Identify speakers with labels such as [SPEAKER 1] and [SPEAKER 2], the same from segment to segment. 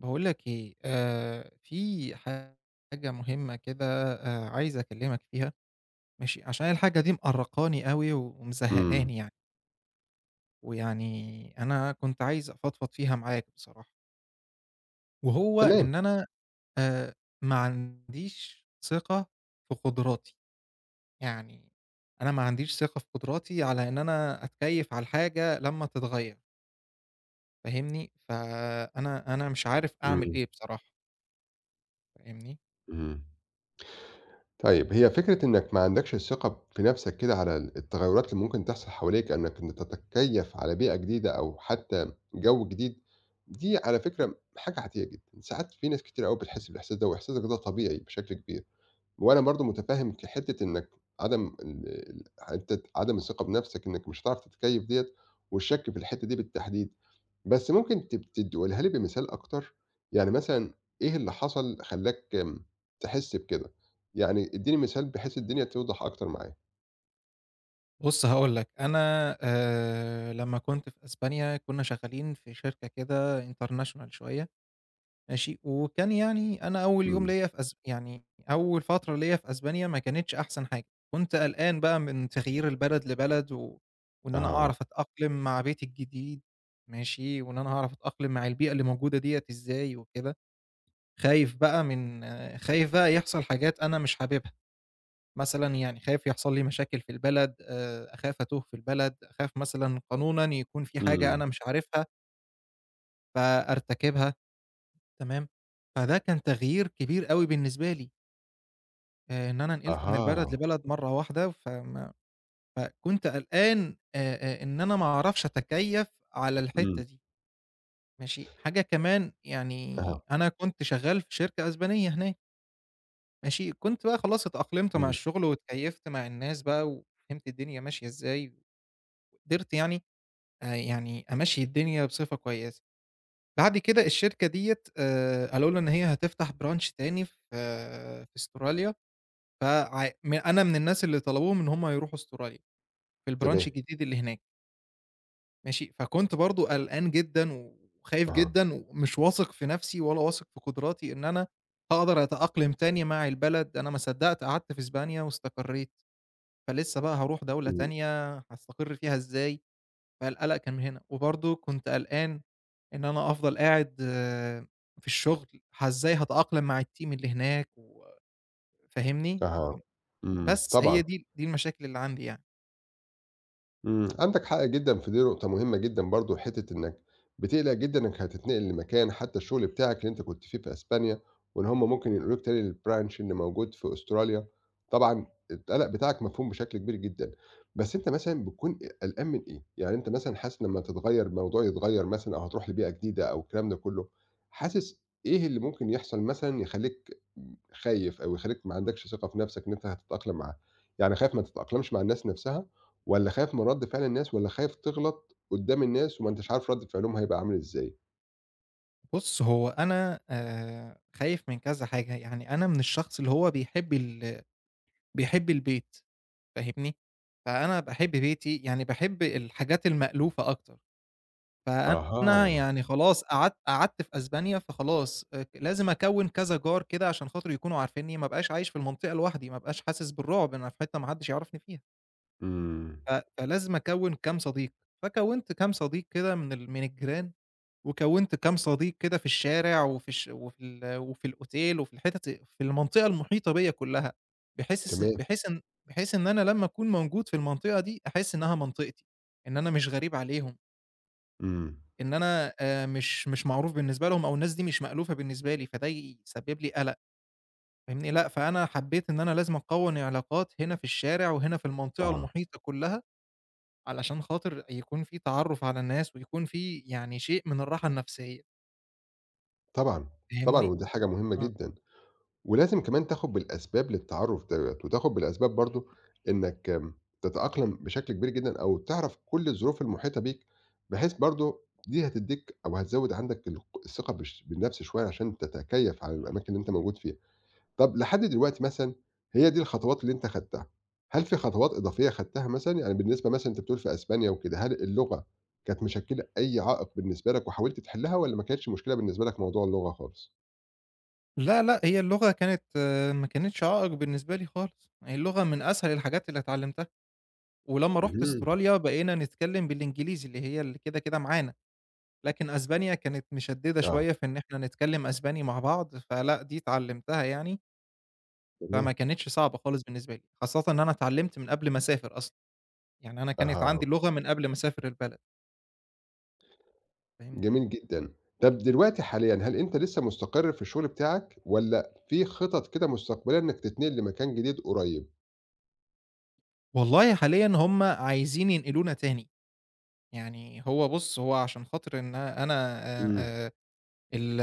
[SPEAKER 1] باقول لك إيه، في حاجة مهمة كده. عايز أكلّمك فيها. ماشي، عشان الحاجة دي مأرّقاني أوي
[SPEAKER 2] إمم.
[SPEAKER 1] ومزهّقاني يعني، ويعني أنا كنت عايز أفضفض فيها معاك بصراحة، وهو
[SPEAKER 2] تمام.
[SPEAKER 1] إن أنا آآ ما عنديش ثقة في قدراتي، يعني أنا ما عنديش ثقة في قدراتي على إن أنا أتكيّف على الحاجة لمّا تتغيّر، فاهمني؟ فأنا أنا مش عارف أعمل
[SPEAKER 2] إمم.
[SPEAKER 1] إيه بصراحة، فاهمني؟
[SPEAKER 2] إمم. طيب، هي فكرة إنّك ما عندكش الثقة في نَفْسك كده على التغيُّرات اللي ممكن تحصل حواليك، إنّك أنت تتكيّف على بيئة جديدة أو حتّى جو جديد، دي على فكرة حاجة عادية جدًا. ساعات في ناس كتير أوي بتحس بالإحساس ده وإحساسك ده طبيعي بشكل كبير. وأنا برضه متفهّم حتّة إنّك عدم ال ال حتّة عدم الثقة بنَفْسك إنّك مش هتعرف تتكيّف ديّة والشَك في الحتّة دي بالتحديد، بس ممكن تب ت تقولها لي بمثال أكتر؟ يعني مثلًا إيه اللي حصل خلّاك تحس بكده؟ يعني ادّيني مثال بحيث الدنيا توضح أكتر معايا.
[SPEAKER 1] بُص هاقول لك، أنا لمّا كنت في أسبانيا كنا شغالين في شركة كده international شوية. ماشي، وكان يعني أنا أول يوم
[SPEAKER 2] إمم.
[SPEAKER 1] ليّا في يعني أول فترة ليّا في أسبانيا ما كانتش أحسن حاجة. كنت قلقان بقى من تغيير البلد لبلد وإن أنا
[SPEAKER 2] أها.
[SPEAKER 1] أعرف أتأقلم مع بيتي الجديد. ماشي، وإن أنا هاعرف أتأقلم مع البيئة اللي موجودة ديّة إزاي وكده. خايف بقى يحصل حاجات أنا مش حاببها. مثلًا يعني خايف يحصل لي مشاكل في البلد، أخاف أتوه في البلد، أخاف مثلًا قانونًا يكون في حاجة
[SPEAKER 2] إمم.
[SPEAKER 1] أنا مش عارفها فأرتكبها، تمام؟ فده كان تغيير كبير أوي بالنسبة لي، إن أنا نقلت من البلد
[SPEAKER 2] أها.
[SPEAKER 1] لبلد مرّة واحدة، فكنت قلقان إن أنا ما أعرفش أتكيّف على الحتّة
[SPEAKER 2] إمم.
[SPEAKER 1] دي، ماشي؟ حاجة كمان يعني
[SPEAKER 2] أها.
[SPEAKER 1] أنا كنت شغّال في شركة أسبانية هناك، ماشي؟ كنت بقى خلاص اتأقلمت مع
[SPEAKER 2] إمم.
[SPEAKER 1] الشغل واتكيّفت مع الناس بقى وفهمت الدنيا ماشية إزاي، وقدرت يعني يعني أمشّي الدنيا بصفة كويسة. بعد كده الشركة ديّة قالوا لنا إن هي هتفتح branch تاني في أستراليا، فع م أنا من الناس اللي طلبوهم إن هم يروحوا أستراليا في الbranch
[SPEAKER 2] تمام.
[SPEAKER 1] الجديد اللي هناك. ماشي، فكنت برضه قلقان جدًا وخايف
[SPEAKER 2] أها.
[SPEAKER 1] جدًا ومش واثق في نَفْسي ولا واثق في قدراتي إن أنا هاقدر أتأقلم تاني مع البلد. أنا ما صدّقت قعدت في إسبانيا واستقريت، فلسه بقى هاروح دولة
[SPEAKER 2] إمم.
[SPEAKER 1] تانية هاستقر فيها إزاي؟ فالقلق كان من هنا. وبرضه كنت قلقان إن أنا أفضل قاعد آه، في الشغل، إزاي هاتأقلم مع الteam اللي هناك فاهمني؟
[SPEAKER 2] أها. إمم.
[SPEAKER 1] بس هي
[SPEAKER 2] طبعًا.
[SPEAKER 1] دي المشاكل اللي عندي يعني.
[SPEAKER 2] إمم، عندك حق جدًا في دي نقطة مهمة جدًا برضه، حتّة إنّك بتقلق جدًا إنّك هتتنقل لمكان حتّى الشغل بتاعك اللي أنت كنت فيه في أسبانيا، وإن هُم ممكن ينقلوك تاني للbranch اللي موجود في أستراليا، طبعًا القلق بتاعك مفهوم بشكل كبير جدًا، بس أنت مثلًا بتكون قلقان من إيه؟ يعني أنت مثلًا حاسس لمّا تتغيّر الموضوع يتغيّر مثلًا أو هتروح لبيئة جديدة أو الكلام ده كلّه، حاسس إيه اللي ممكن يحصل مثلًا يخلّيك خايف أو يخلّيك ما عندكش ثقة في نَفْسك إن أنت هتتأقلم معاها؟ يعني خايف ما تتأقلمش مع الناس نَفْسها؟ والّا خايف من رد فعل الناس، والّا خايف تغلط قدّام الناس وما أنتش عارف رد فعلهم هيبقى عامل إزاي؟
[SPEAKER 1] بُص، هو أنا خايف من كذا حاجة، يعني أنا من الشخص اللي هو بيحب البيت، فاهمني؟ فأنا باحب بيتي، يعني باحب الحاجات المألوفة أكتر. فأنا
[SPEAKER 2] أها،
[SPEAKER 1] يعني خلاص قعدت في أسبانيا، فخلاص لازم أكوّن كذا جار كده عشان خاطر يكونوا عارفينّي، ما ابقاش عايش في المنطقة لوحدي، ما ابقاش حاسس بالرعب إن أنا في حتّة ما حدّش يعرفني فيها،
[SPEAKER 2] إمم،
[SPEAKER 1] ف فلازم أكوّن كام صديق، فكوّنت كام صديق كده من الجيران، وكوّنت كام صديق كده في الشارع وفي الأوتيل وفي الحتت في المنطقة المحيطة بيّا كلّها، بحيث اس
[SPEAKER 2] تمام،
[SPEAKER 1] بحيث إن بحيث إن أنا لمّا أكون موجود في المنطقة دي أحس إنها منطقتي، إن أنا مش غريب عليهم.
[SPEAKER 2] إمم،
[SPEAKER 1] إن أنا مش معروف بالنسبة لهم أو الناس دي مش مألوفة بالنسبة لي، فده يسبب لي قَلَق. فاهمني، لأ، فأنا حبّيت إن أنا لازم أكوّن علاقات هنا في الشارع وهنا في المنطقة
[SPEAKER 2] آه،
[SPEAKER 1] المحيطة كلّها، علشان خاطر يكون في تعرُّف على الناس ويكون في يعني شيء من الراحة النفسية.
[SPEAKER 2] طبعًا، طبعًا،
[SPEAKER 1] فاهمني،
[SPEAKER 2] ودي حاجة مهمة
[SPEAKER 1] آه.
[SPEAKER 2] جدًا، ولازم كمان تاخد بالأسباب للتعرُّف دوّة، وتاخد بالأسباب برضه إنك تتأقلم بشكل كبير جدًا أو تعرف كل الظروف المحيطة بيك، بحيث برضه دي هتدّيك أو هتزوّد عندك الثقة بالنفس شوية عشان تتكيّف على الأماكن اللي أنت موجود فيها. طب لحد دلوقتي مثلًا هي دي الخطوات اللي أنت خدتها، هل في خطوات إضافية خدتها مثلًا؟ يعني بالنسبة مثلًا أنت بتقول في أسبانيا وكده، هل اللغة كانت مشكلة أي عائق بالنسبة لك وحاولت تحلها والّا ما كانتش مشكلة بالنسبة لك موضوع اللغة خالص؟
[SPEAKER 1] لا، لأ، هي اللغة كانت ما كانتش عائق بالنسبة لي خالص، هي اللغة من أسهل الحاجات اللي اتعلّمتها، ولمّا رُحت
[SPEAKER 2] اهم،
[SPEAKER 1] أستراليا بقينا نتكلّم بالإنجليزي اللي هي اللي كده، كده معانا. لكن أسبانيا كانت مشدّدة
[SPEAKER 2] آه،
[SPEAKER 1] شوية في إن إحنا نتكلّم أسباني مع بعض، فلأ دي اتعلّمتها يعني،
[SPEAKER 2] تمام.
[SPEAKER 1] فما كانتش صعبة خالص بالنسبة لي، خاصةً إن أنا اتعلّمت من قبل ما أسافر أصلًا، يعني أنا كانت
[SPEAKER 2] أها،
[SPEAKER 1] عندي اللغة من قبل ما أسافر البلد، فاهمني؟
[SPEAKER 2] جميل جدًا. طب دلوقتي حاليًا هل أنت لسه مستقر في الشغل بتاعك والّا في خطط كده مستقبلية إنك تتنقل لمكان جديد قريب؟
[SPEAKER 1] والله حاليًا هُم عايزين ينقلونا تاني، يعني هو بُص هو عشان خاطر إن أنا آآ
[SPEAKER 2] إمم.
[SPEAKER 1] آآ ال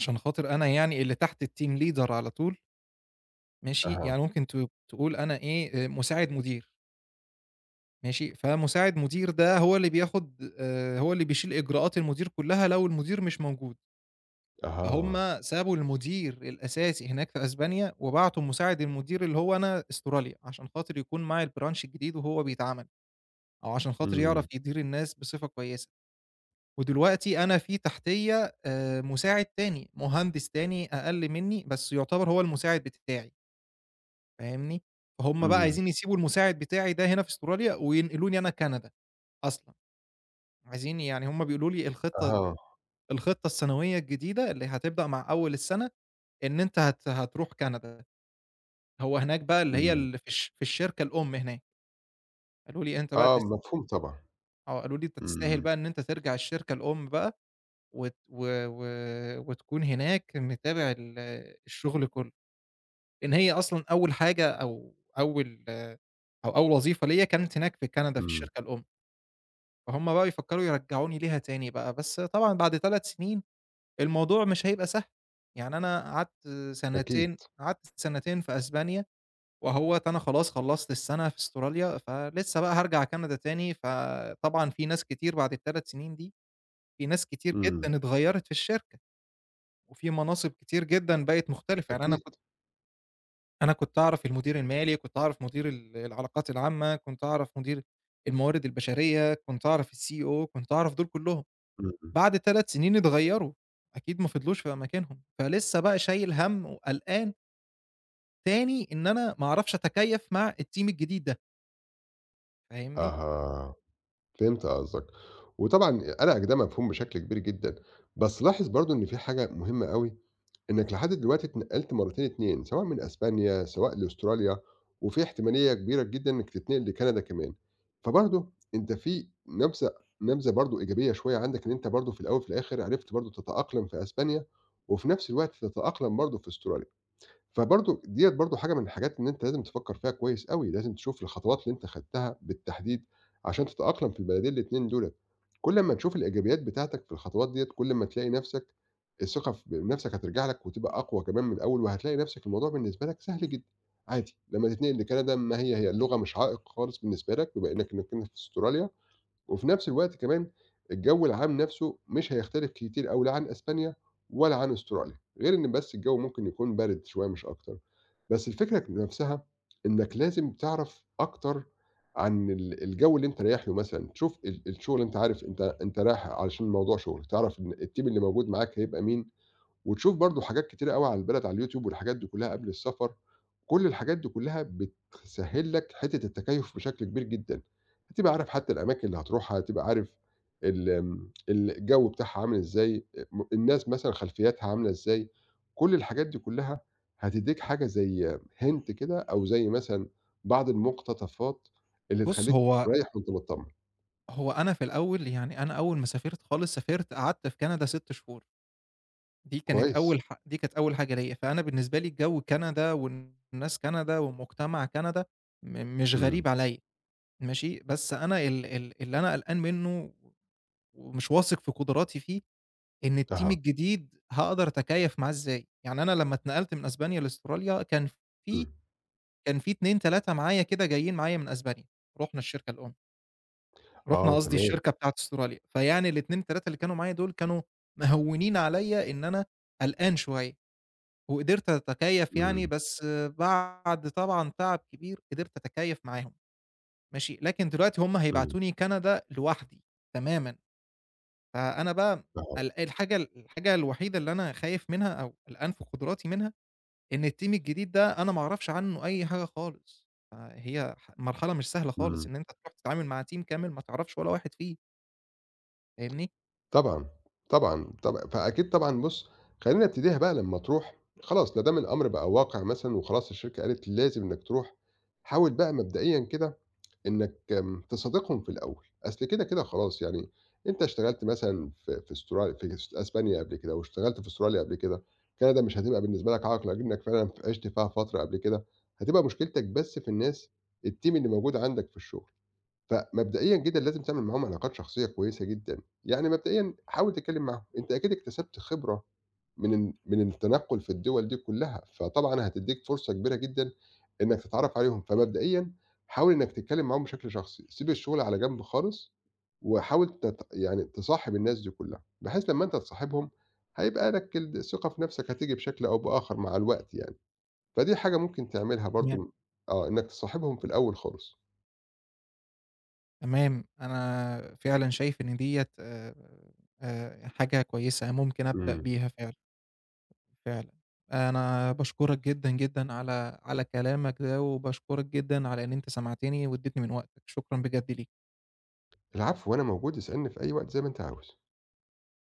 [SPEAKER 1] عشان خاطر أنا يعني اللي تحت الteam leader على طول. ماشي،
[SPEAKER 2] أها،
[SPEAKER 1] يعني ممكن تقول أنا إيه، مساعد مدير. ماشي، فمساعد مدير ده هو اللي بياخد هو اللي بيشيل إجراءات المدير كلّها لو المدير مش موجود.
[SPEAKER 2] أها،
[SPEAKER 1] فهُم سابوا المدير الأساسي هناك في أسبانيا، وبعتوا مساعد المدير اللي هو أنا أستراليا، عشان خاطر يكون معي البرانش الجديد وهو بيتعمل، أو عشان خاطر يعرف
[SPEAKER 2] إمم.
[SPEAKER 1] يدير الناس بصفة كويسة. ودلوقتي أنا في تحتيّا مساعد تاني، مهندس تاني أقل منّي، بس يعتبر هو المساعد بتاعي، فاهمني؟ فهُم بقى
[SPEAKER 2] إمم.
[SPEAKER 1] عايزين يسيبوا المساعد بتاعي ده هنا في أستراليا، وينقلوني أنا كندا أصلًا. عايزين يعني هم بيقولوا لي
[SPEAKER 2] أها،
[SPEAKER 1] الخطة السنوية الجديدة اللي هتبدأ مع أول السنة، إن أنت هتروح كندا، هو هناك بقى اللي هي
[SPEAKER 2] إمم.
[SPEAKER 1] اللي في الشركة الأم هناك. قالوا لي أنت بقى
[SPEAKER 2] آه،
[SPEAKER 1] تس
[SPEAKER 2] مفهوم طبعًا.
[SPEAKER 1] قالوا لي أنت تستاهل
[SPEAKER 2] إمم.
[SPEAKER 1] بقى إن أنت ترجع الشركة الأم بقى وت و و وتكون هناك متابع الشغل كله، لإن هي أصلًا أول حاجة أو أول أو أول وظيفة ليّا كانت هناك في كندا في
[SPEAKER 2] إمم،
[SPEAKER 1] الشركة الأم، فهُم بقى بيفكروا يرجعوني ليها تاني بقى، بس طبعًا بعد 3 سنين الموضوع مش هيبقى سهل، يعني أنا قعدت
[SPEAKER 2] أكيد،
[SPEAKER 1] سنتين قعدت سنتين في أسبانيا، وأهوّة أنا خلاص خلّصت السنة في أستراليا، فلسه بقى هارجع كندا تاني، فطبعًا في ناس كتير بعد ال3 سنين دي، في ناس كتير
[SPEAKER 2] إمم،
[SPEAKER 1] جدًا اتغيّرت في الشركة، وفي مناصب كتير جدًا بقت مختلفة، يعني أنا
[SPEAKER 2] أكيد،
[SPEAKER 1] كنت أنا كنت أعرف المدير المالي، كنت أعرف مدير العلاقات العامة، كنت أعرف مدير الموارد البشرية، كنت أعرف الCEO، كنت أعرف دول كلّهم.
[SPEAKER 2] إمم، إمم،
[SPEAKER 1] بعد 3 سنين اتغيّروا، أكيد ما فضلوش في مكانهم، فلسه بقى شايل هَم وقلقان تاني إن أنا ما أعرفش أتكيّف مع الteam الجديد ده، فاهمني؟
[SPEAKER 2] أها، فهمت قصدك، وطبعًا قلقك ده مفهوم بشكل كبير جدًا، بس لاحظ برضه إن في حاجة مهمة أوي، إنك لحد دلوقتي اتنقلت مرتين 2 سواء من أسبانيا، سواء لأستراليا، وفي احتمالية كبيرة جدًا إنك تتنقل لكندا كمان، فبرضه أنت في نبذة برضه إيجابية شوية عندك إن أنت برضه في الأول وفي الآخر عرفت برضه تتأقلم في أسبانيا، وفي نفس الوقت تتأقلم برضه في أستراليا. فبرضه ديّة برضه حاجة من الحاجات إن أنت لازم تفكّر فيها كويس أوي، لازم تشوف الخطوات اللي أنت خدتها بالتحديد عشان تتأقلم في البلدين الاتنين دُولة. كل أمّا تشوف الإيجابيات بتاعتك في الخطوات ديّة، كل أمّا تلاقي نَفْسك الثقة بنَفْسك هترجع لك وتبقى أقوى كمان من الأول، وهتلاقي نَفْسك الموضوع بالنسبة لك سهل جدًا، عادي. لمّا تتنقل لكندا ما هي اللغة مش عائق خالص بالنسبة لك بما إنّك كنت في أستراليا وفي نفس الوقت كمان الجو العام نفسه مش هيختلف كتير أوي لا عن أسبانيا ولا عن أستراليا، غير إن بس الجو ممكن يكون بارد شوية مش أكتر. بس الفكرة نفسها إنك لازم تعرف أكتر عن الجو اللي أنت رايح له مثلًا، تشوف الشغل أنت عارف أنت رايح علشان موضوع شغل، تعرف إن الteam اللي موجود معاك هيبقى مين، وتشوف برضه حاجات كتيرة أوي على البلد على اليوتيوب والحاجات دي كلّها قبل السفر، كل الحاجات دي كلّها بتسهّل لك حتّة التكيُّف بشكل كبير جدًا، هتبقى عارف حتّى الأماكن اللي هتروحها، هتبقى عارف ال آمم، الجو بتاعها عامل إزاي، أ م الناس مثلًا خلفيّاتها عاملة إزاي، كل الحاجات دي كلّها هتدّيك حاجة زي hint كده أو زي مثلًا بعض المقتطفات اللي
[SPEAKER 1] بُص،
[SPEAKER 2] تخلّيك
[SPEAKER 1] هو
[SPEAKER 2] رايح وأنت متطمّن،
[SPEAKER 1] هو أنا في الأول يعني أنا أول ما سافرت خالص، سافرت قعدت في كندا 6 شهور،
[SPEAKER 2] كويس،
[SPEAKER 1] دي كانت أول حاجة ليّا، فأنا بالنسبة لي جو كندا والناس كندا ومجتمع كندا مش
[SPEAKER 2] إمم،
[SPEAKER 1] غريب عليّا، ماشي؟ بس أنا ال ال اللي أنا قلقان منّه ومش واثق في قدراتي فيه، إن الteam
[SPEAKER 2] أها،
[SPEAKER 1] الجديد هاقدر أتكيّف معاه إزاي. يعني أنا لمّا اتنقلت من أسبانيا لأستراليا في
[SPEAKER 2] إمم،
[SPEAKER 1] كان في 2، 3 معايا كده جايين معايا من أسبانيا، رُحنا الشركة الأم، رُحنا
[SPEAKER 2] آه
[SPEAKER 1] قصدي
[SPEAKER 2] تمام،
[SPEAKER 1] الشركة بتاعة أستراليا، فيعني ال2، 3 اللي كانوا معايا دول كانوا مهوّنين عليَّ إن أنا قلقان شوية، وقدرت أتكيّف يعني،
[SPEAKER 2] إمم،
[SPEAKER 1] بس بعد طبعًا تعب كبير قدرت أتكيّف معاهم. ماشي، لكن دلوقتي هُم
[SPEAKER 2] إمم،
[SPEAKER 1] هيبعتوني كندا لوحدي تمامًا. فأنا بقى
[SPEAKER 2] أها،
[SPEAKER 1] الحاجة الوحيدة اللي أنا خايف منها أو قلقان في قدراتي منها، إن الteam الجديد ده أنا ما أعرفش عنه أي حاجة خالص، فهي ح مرحلة مش سهلة خالص
[SPEAKER 2] إمم.
[SPEAKER 1] إن أنت تروح تتعامل مع team كامل ما تعرفش ولا واحد فيه، فاهمني؟
[SPEAKER 2] طبعًا، طبعًا، طبعًا، فأكيد طبعًا بُص، خلّينا نبتديها بقى لمّا تروح خلاص لا دام الأمر بقى واقع مثلًا وخلاص الشركة قالت لازم إنّك تروح، حاول بقى مبدئيًا كده إنّك تصادقهم في الأول، أصل كده، كده خلاص يعني أنت اشتغلت مثلًا في أسبانيا قبل كده واشتغلت في استراليا قبل كده، كندا مش هتبقى بالنسبة لك عائق لإنّك فعلًا عِشت فيها فترة قبل كده، هتبقى مشكلتك بس في الناس الteam اللي موجود عندك في الشغل. فمبدئيًا جدًا لازم تعمل معاهم علاقات شخصية كويسة جدًا، يعني مبدئيًا حاول تتكلم معاهم، أنت أكيد اكتسبت خبرة من من التنقل في الدول دي كلها، فطبعًا هتديك فرصة كبيرة جدًا إنك تتعرف عليهم، فمبدئيًا حاول إنك تتكلم معاهم بشكل شخصي، سيب الشغل على جنب خالص، وحاول يعني تصاحب الناس دي كلها، بحيث لما أنت تصاحبهم هيبقى لك الثقة في نفسك هتيجي بشكل أو بآخر مع الوقت يعني، فدي حاجة ممكن تعملها
[SPEAKER 1] تمام.
[SPEAKER 2] برضه، آه، إنك تصاحبهم في الأول خالص.
[SPEAKER 1] تمام، أنا فعلًا شايف إن ديّة حاجة كويسة ممكن أبدأ
[SPEAKER 2] إمم.
[SPEAKER 1] بيها فعلًا، فعلًا. أنا باشكرك جدًا، جدًا على كلامك ده، وباشكرك جدًا على إن أنت سمعتني واديتني من وقتك، شكرًا بجد ليك.
[SPEAKER 2] العفو، وأنا موجود اسألني في أي وقت زي ما أنت عاوز.